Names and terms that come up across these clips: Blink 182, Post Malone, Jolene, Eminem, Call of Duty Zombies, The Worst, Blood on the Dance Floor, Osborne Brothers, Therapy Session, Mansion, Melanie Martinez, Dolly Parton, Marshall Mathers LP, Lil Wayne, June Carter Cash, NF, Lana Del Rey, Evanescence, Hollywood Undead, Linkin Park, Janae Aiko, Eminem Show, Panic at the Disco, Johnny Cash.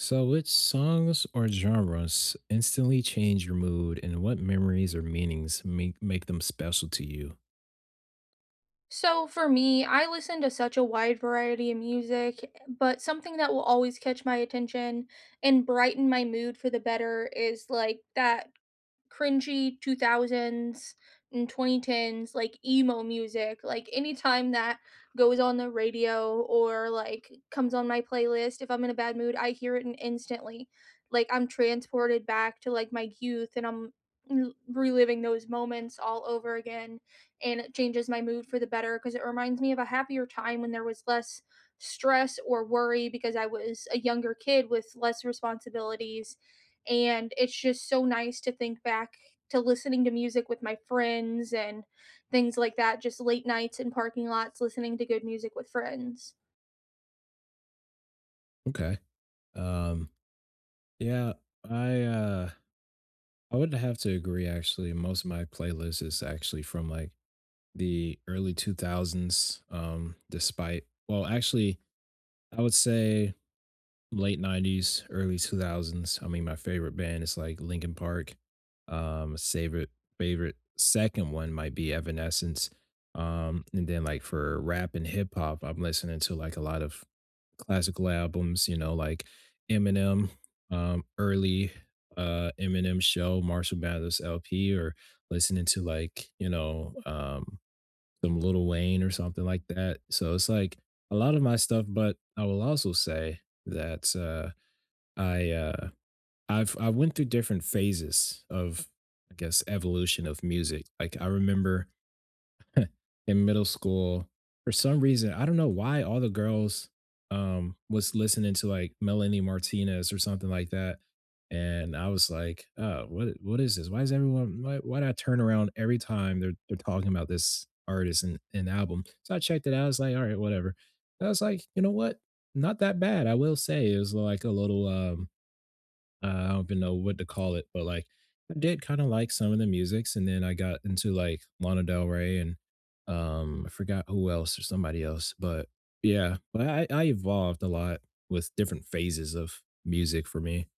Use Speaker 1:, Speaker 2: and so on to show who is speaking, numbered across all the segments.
Speaker 1: So, which songs or genres instantly change your mood, and what memories or meanings make them special to you?
Speaker 2: So for me, I listen to such a wide variety of music, but something that will always catch my attention and brighten my mood for the better is like that cringy 2000s and 2010s like emo music. Like anytime that goes on the radio or like comes on my playlist, if I'm in a bad mood I hear it and instantly like I'm transported back to like my youth, and reliving those moments all over again. And it changes my mood for the better because it reminds me of a happier time when there was less stress or worry because I was a younger kid with less responsibilities. And it's just so nice to think back to listening to music with my friends and things like that, just late nights in parking lots listening to good music with friends.
Speaker 1: Okay. Um. Yeah. I. Uh. I would have to agree. Actually, most of my playlist is actually from like the early two thousands. Despite. Well, actually, I would say late 90s early 2000s. I mean my favorite band is like Linkin Park. um favorite favorite second one might be Evanescence. And then like for rap and hip hop, I'm listening to like a lot of classical albums, you know, like Eminem, early, Eminem Show, Marshall Mathers LP, or listening to like, some Lil Wayne or something like that. So it's like a lot of my stuff, but I will also say that I uh, I went through different phases of, I guess, evolution of music. Like I remember in middle school, for some reason, I don't know why all the girls was listening to like Melanie Martinez or something like that. And I was like, oh, what is this? Why is everyone, why do I turn around every time they're talking about this artist and album? So I checked it out. I was like, all right, whatever. And I was like, you know what? Not that bad. I will say it was like a little I don't even know what to call it, but like I did kind of like some of the musics, and then I got into like Lana Del Rey and I forgot who else or somebody else, but yeah, but I evolved a lot with different phases of music for me.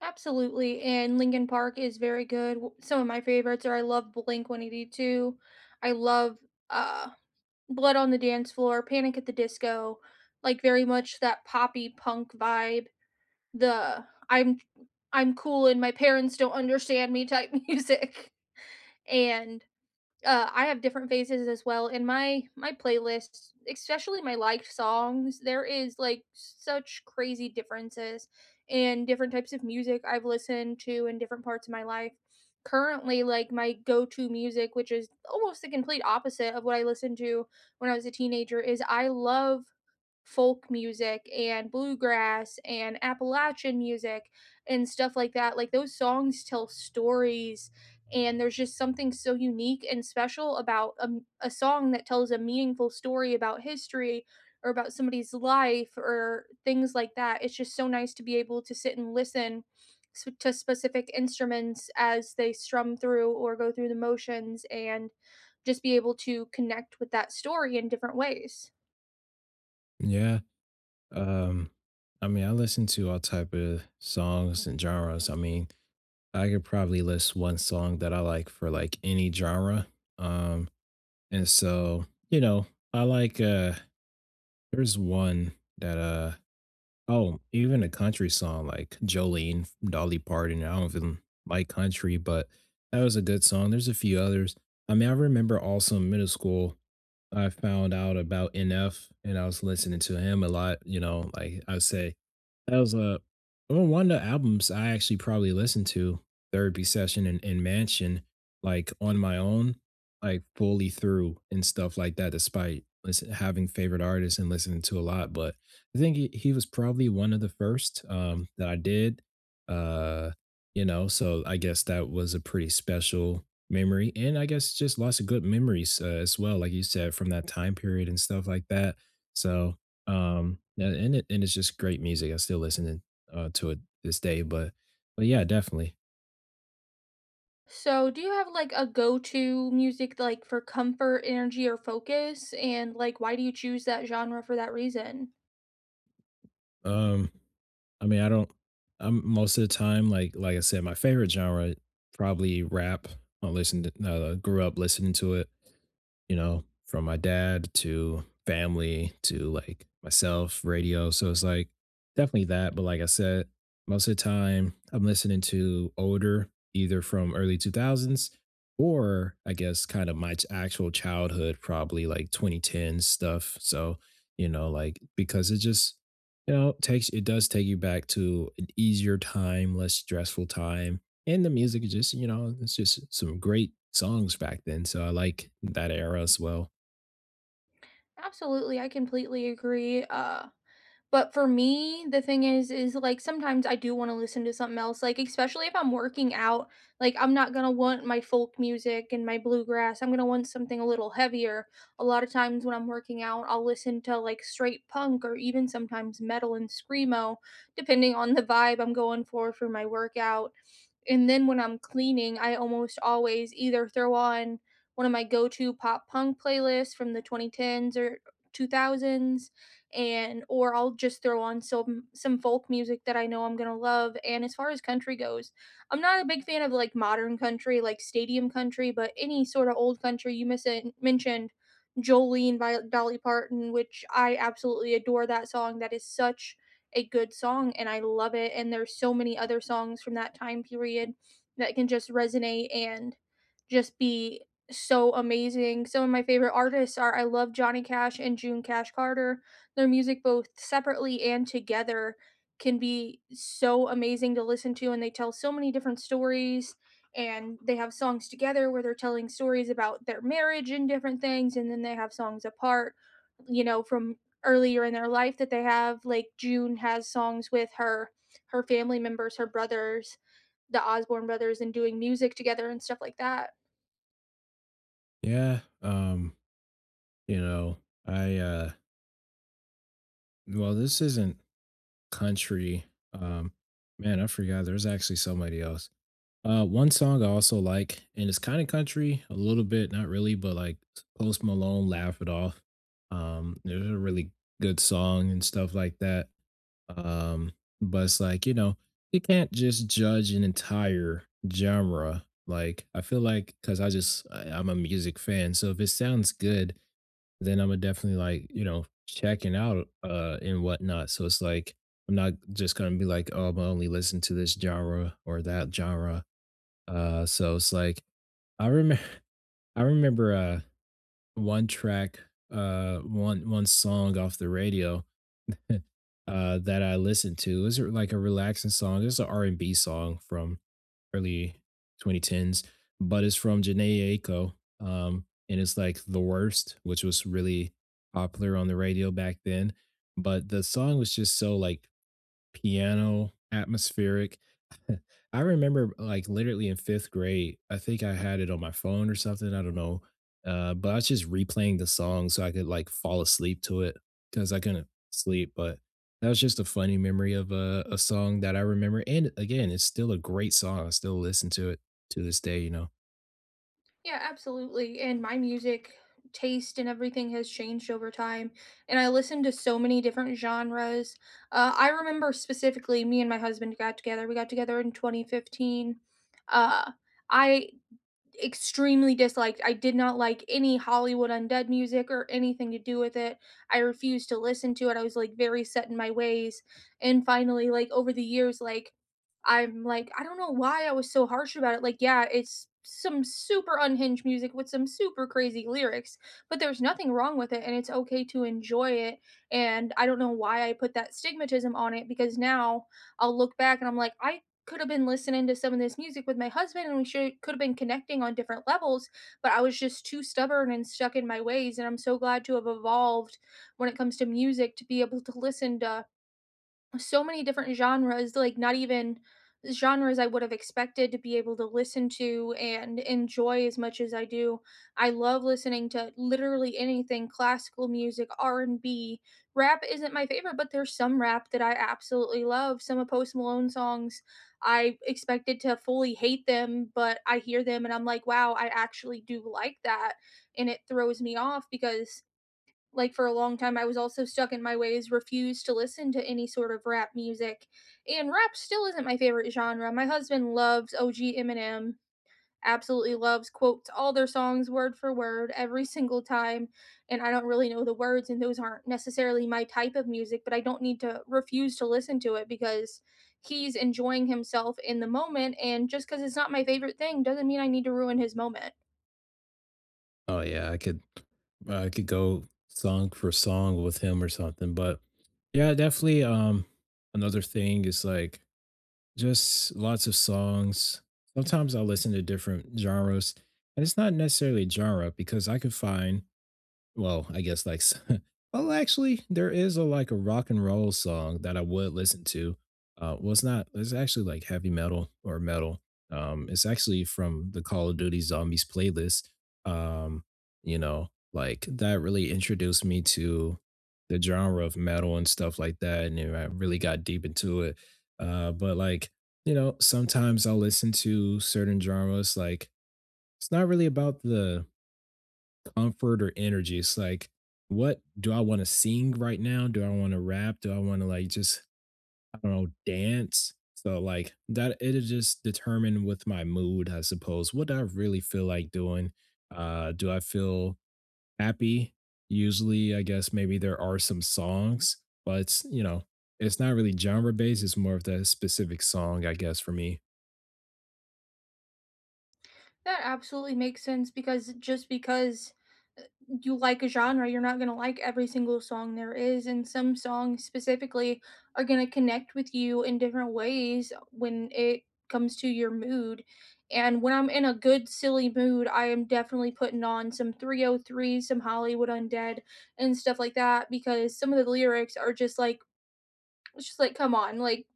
Speaker 2: Absolutely, and Linkin Park is very good. Some of my favorites are I love Blink 182, I love uh, Blood on the Dance Floor, Panic at the Disco, like very much that poppy punk vibe. The I'm cool and my parents don't understand me type music. And I have different phases as well. In my playlists, especially my liked songs, there is like such crazy differences in different types of music I've listened to in different parts of my life. Currently, like my go-to music, which is almost the complete opposite of what I listened to when I was a teenager, is I love folk music and bluegrass and Appalachian music and stuff like that. Like those songs tell stories, and there's just something so unique and special about a song that tells a meaningful story about history or about somebody's life or things like that. It's just so nice to be able to sit and listen to specific instruments as they strum through or go through the motions and just be able to connect with that story in different ways.
Speaker 1: Yeah, um, I mean I listen to all type of songs and genres. I mean I could probably list one song that I like for like any genre, um, and so, you know, I like, there's one that oh, even a country song like Jolene, from Dolly Parton. I don't even like country, but that was a good song. There's a few others. I mean, I remember also in middle school, I found out about NF and I was listening to him a lot, you know, like I said, that was a, well, one of the albums I actually probably listened to, Therapy Session and Mansion, like on my own, like fully through and stuff like that, despite listen, having favorite artists and listening to a lot. But I think he was probably one of the first that I did. Uh, you know, so I guess that was a pretty special memory. And I guess just lots of good memories, as well, like you said, from that time period and stuff like that. So and it's just great music. I still listening, to it this day, but yeah, definitely.
Speaker 2: So, do you have like a go-to music like for comfort, energy, or focus? And like, why do you choose that genre for that reason?
Speaker 1: Um, I mean, I don't. I'm most of the time, like I said, my favorite genre probably rap. I listen to, grew up listening to it, you know, from my dad to family to like myself, radio. So it's like definitely that. But like I said, most of the time I'm listening to older, either from early 2000s or I guess kind of my actual childhood, probably like 2010s stuff. So, you know, like because it just, you know, takes, it does take you back to an easier time, less stressful time, and the music is just, you know, it's just some great songs back then, so I like that era as well.
Speaker 2: Absolutely, I completely agree. But for me, the thing is, like, sometimes I do wanna listen to something else, like, especially if I'm working out, like, I'm not gonna want my folk music and my bluegrass, I'm gonna want something a little heavier. A lot of times when I'm working out, I'll listen to, like, straight punk or even sometimes metal and screamo, depending on the vibe I'm going for my workout. And then when I'm cleaning, I almost always either throw on one of my go-to pop punk playlists from the 2010s or 2000s, and or I'll just throw on some folk music that I know I'm going to love. And as far as country goes, I'm not a big fan of like modern country, like stadium country, but any sort of old country, you miss it, mentioned Jolene by Dolly Parton, which I absolutely adore that song. That is such a good song and I love it. And there's so many other songs from that time period that can just resonate and just be so amazing. Some of my favorite artists are I love Johnny Cash and June Cash Carter. Their music both separately and together can be so amazing to listen to, and they tell so many different stories. And they have songs together where they're telling stories about their marriage and different things, and then they have songs apart, you know, from earlier in their life, that they have, like June has songs with her family members, her brothers, the Osborne brothers, and doing music together and stuff like that.
Speaker 1: Yeah. You know, I well this isn't country. Um Man, I forgot there's actually somebody else. One song I also like, and it's kind of country, a little bit, not really, but like Post Malone Laugh It Off. There's a really good song and stuff like that. Um, but it's like, you know, you can't just judge an entire genre. Like, I feel like, because I just I'm a music fan, so if it sounds good, then I'm definitely like, you know, checking out and whatnot. So it's like I'm not just gonna be like, oh, I'm gonna only listen to this genre or that genre. So it's like I remember I remember one track one One song off the radio that I listened to. It was like a relaxing song. It's an R and B song from early 2010s, but it's from Janae Aiko, and it's like "The Worst," which was really popular on the radio back then. But the song was just so like piano atmospheric. I remember, like, literally in fifth grade, I think I had it on my phone or something, I don't know, but I was just replaying the song so I could, like, fall asleep to it because I couldn't sleep, but that was just a funny memory of a song that I remember, and again, it's still a great song, I still listen to it to this day, you know?
Speaker 2: Yeah, absolutely. And my music taste and everything has changed over time. And I listen to so many different genres. I remember specifically me and my husband got together. We got together in 2015. Uh, I extremely disliked. I did not like any Hollywood Undead music or anything to do with it. I refused to listen to it. I was like very set in my ways. And finally, like over the years, like I'm like, I don't know why I was so harsh about it. Like, yeah, it's some super unhinged music with some super crazy lyrics, but there's nothing wrong with it and it's okay to enjoy it. And I don't know why I put that stigmatism on it because now I'll look back and I'm like, I could have been listening to some of this music with my husband and we should could have been connecting on different levels, but I was just too stubborn and stuck in my ways, and I'm so glad to have evolved when it comes to music to be able to listen to so many different genres, like not even genres I would have expected to be able to listen to and enjoy as much as I do. I love listening to literally anything, classical music, R&B. Rap isn't my favorite, but there's some rap that I absolutely love. Some of Post Malone songs, I expected to fully hate them, but I hear them and I'm like, "Wow, I actually do like that." And it throws me off because like for a long time I was also stuck in my ways, refused to listen to any sort of rap music. And rap still isn't my favorite genre. My husband loves OG Eminem, absolutely loves, quotes all their songs word for word every single time. And I don't really know the words, and those aren't necessarily my type of music, but I don't need to refuse to listen to it because he's enjoying himself in the moment, and just because it's not my favorite thing doesn't mean I need to ruin his moment.
Speaker 1: Oh, yeah, I could go song for song with him or something, but yeah, definitely, another thing is, like, just lots of songs. Sometimes I listen to different genres, and it's not necessarily genre because I can find, well, I guess like s well, actually, there is a, like, a rock and roll song that I would listen to. Well, it's not it's actually, like, heavy metal or metal. It's actually from the Call of Duty Zombies playlist. Um, you know, like, that really introduced me to the genre of metal and stuff like that, and then I really got deep into it. But, like, you know, sometimes I'll listen to certain genres, like, it's not really about the comfort or energy. It's like, what do I want to sing right now? Do I want to rap? Do I want to like, just, I don't know, dance? So like that, it'll just determine with my mood, I suppose. What do I really feel like doing? Do I feel happy? Usually, I guess maybe there are some songs, but, you know, it's not really genre based. It's more of the specific song, I guess, for me.
Speaker 2: That absolutely makes sense because just because uh, you like a genre, you're not going to like every single song there is. And some songs specifically are going to connect with you in different ways when it comes to your mood. And when I'm in a good, silly mood, I am definitely putting on some 303, some Hollywood Undead, and stuff like that because some of the lyrics are just like, it's just like, come on, like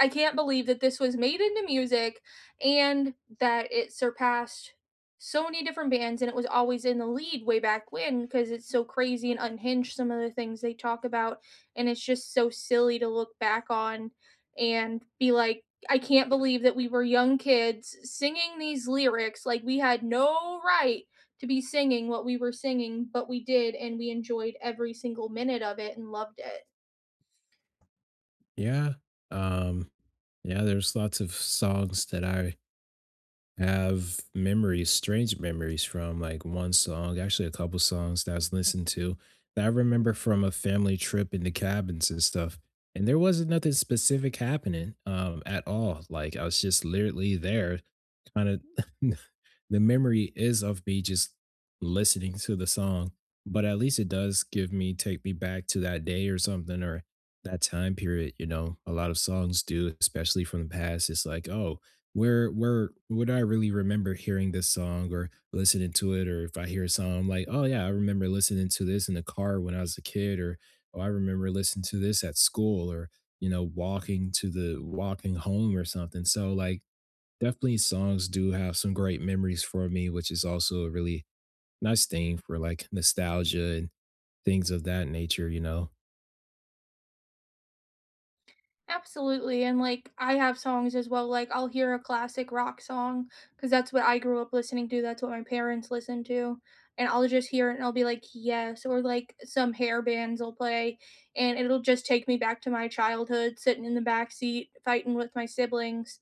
Speaker 2: I can't believe that this was made into music and that it surpassed so many different bands and it was always in the lead way back when, because it's so crazy and unhinged some of the things they talk about. And it's just so silly to look back on and be like, I can't believe that we were young kids singing these lyrics like we had no right to be singing what we were singing, but we did and we enjoyed every single minute of it and loved it.
Speaker 1: Yeah. Um, yeah, there's lots of songs that I have memories, strange memories, from like one song, actually a couple songs that I was listening to that I remember from a family trip in the cabins and stuff. And there wasn't nothing specific happening, at all. Like I was just literally there, kind of the memory is of me just listening to the song, but at least it does give me, take me back to that day or something, or that time period, you know. A lot of songs do, especially from the past. It's like, "Oh, where would I really remember hearing this song or listening to it, or if I hear a song, I'm like, "Oh yeah, I remember listening to this in the car when I was a kid, or oh, I remember listening to this at school, or, you know, walking to the, walking home or something." So like definitely songs do have some great memories for me, which is also a really nice thing for like nostalgia and things of that nature, you know?
Speaker 2: Absolutely, and, like, I have songs as well, like, I'll hear a classic rock song, cause that's what I grew up listening to, that's what my parents listened to, and I'll just hear it and I'll be like, "Yes," or, like, some hair bands will play, and it'll just take me back to my childhood sitting in the back seat fighting with my siblings,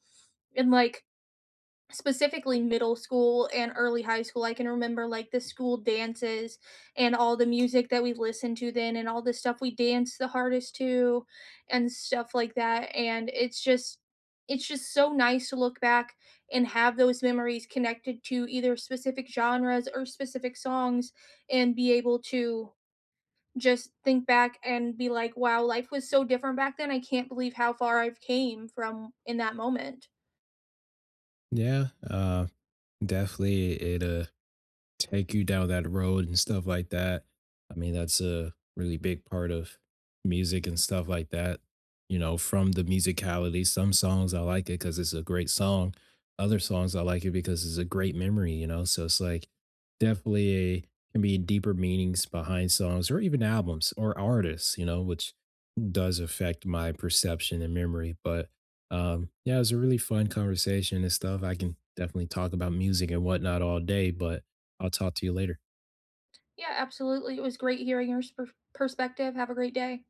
Speaker 2: and, like, specifically middle school and early high school, I can remember like the school dances and all the music that we listened to then and all the stuff we danced the hardest to and stuff like that. And it's just, it's just so nice to look back and have those memories connected to either specific genres or specific songs and be able to just think back and be like, wow, life was so different back then, I can't believe how far I've came from in that moment.
Speaker 1: Yeah, definitely it, take you down that road and stuff like that. I mean, that's a really big part of music and stuff like that. You know, from the musicality, some songs I like it because it's a great song. Other songs I like it because it's a great memory, you know? So it's like definitely a, can be deeper meanings behind songs or even albums or artists, you know, which does affect my perception and memory. But yeah, it was a really fun conversation and stuff. I can definitely talk about music and whatnot all day, but I'll talk to you later.
Speaker 2: Yeah, absolutely. It was great hearing your perspective. Have a great day.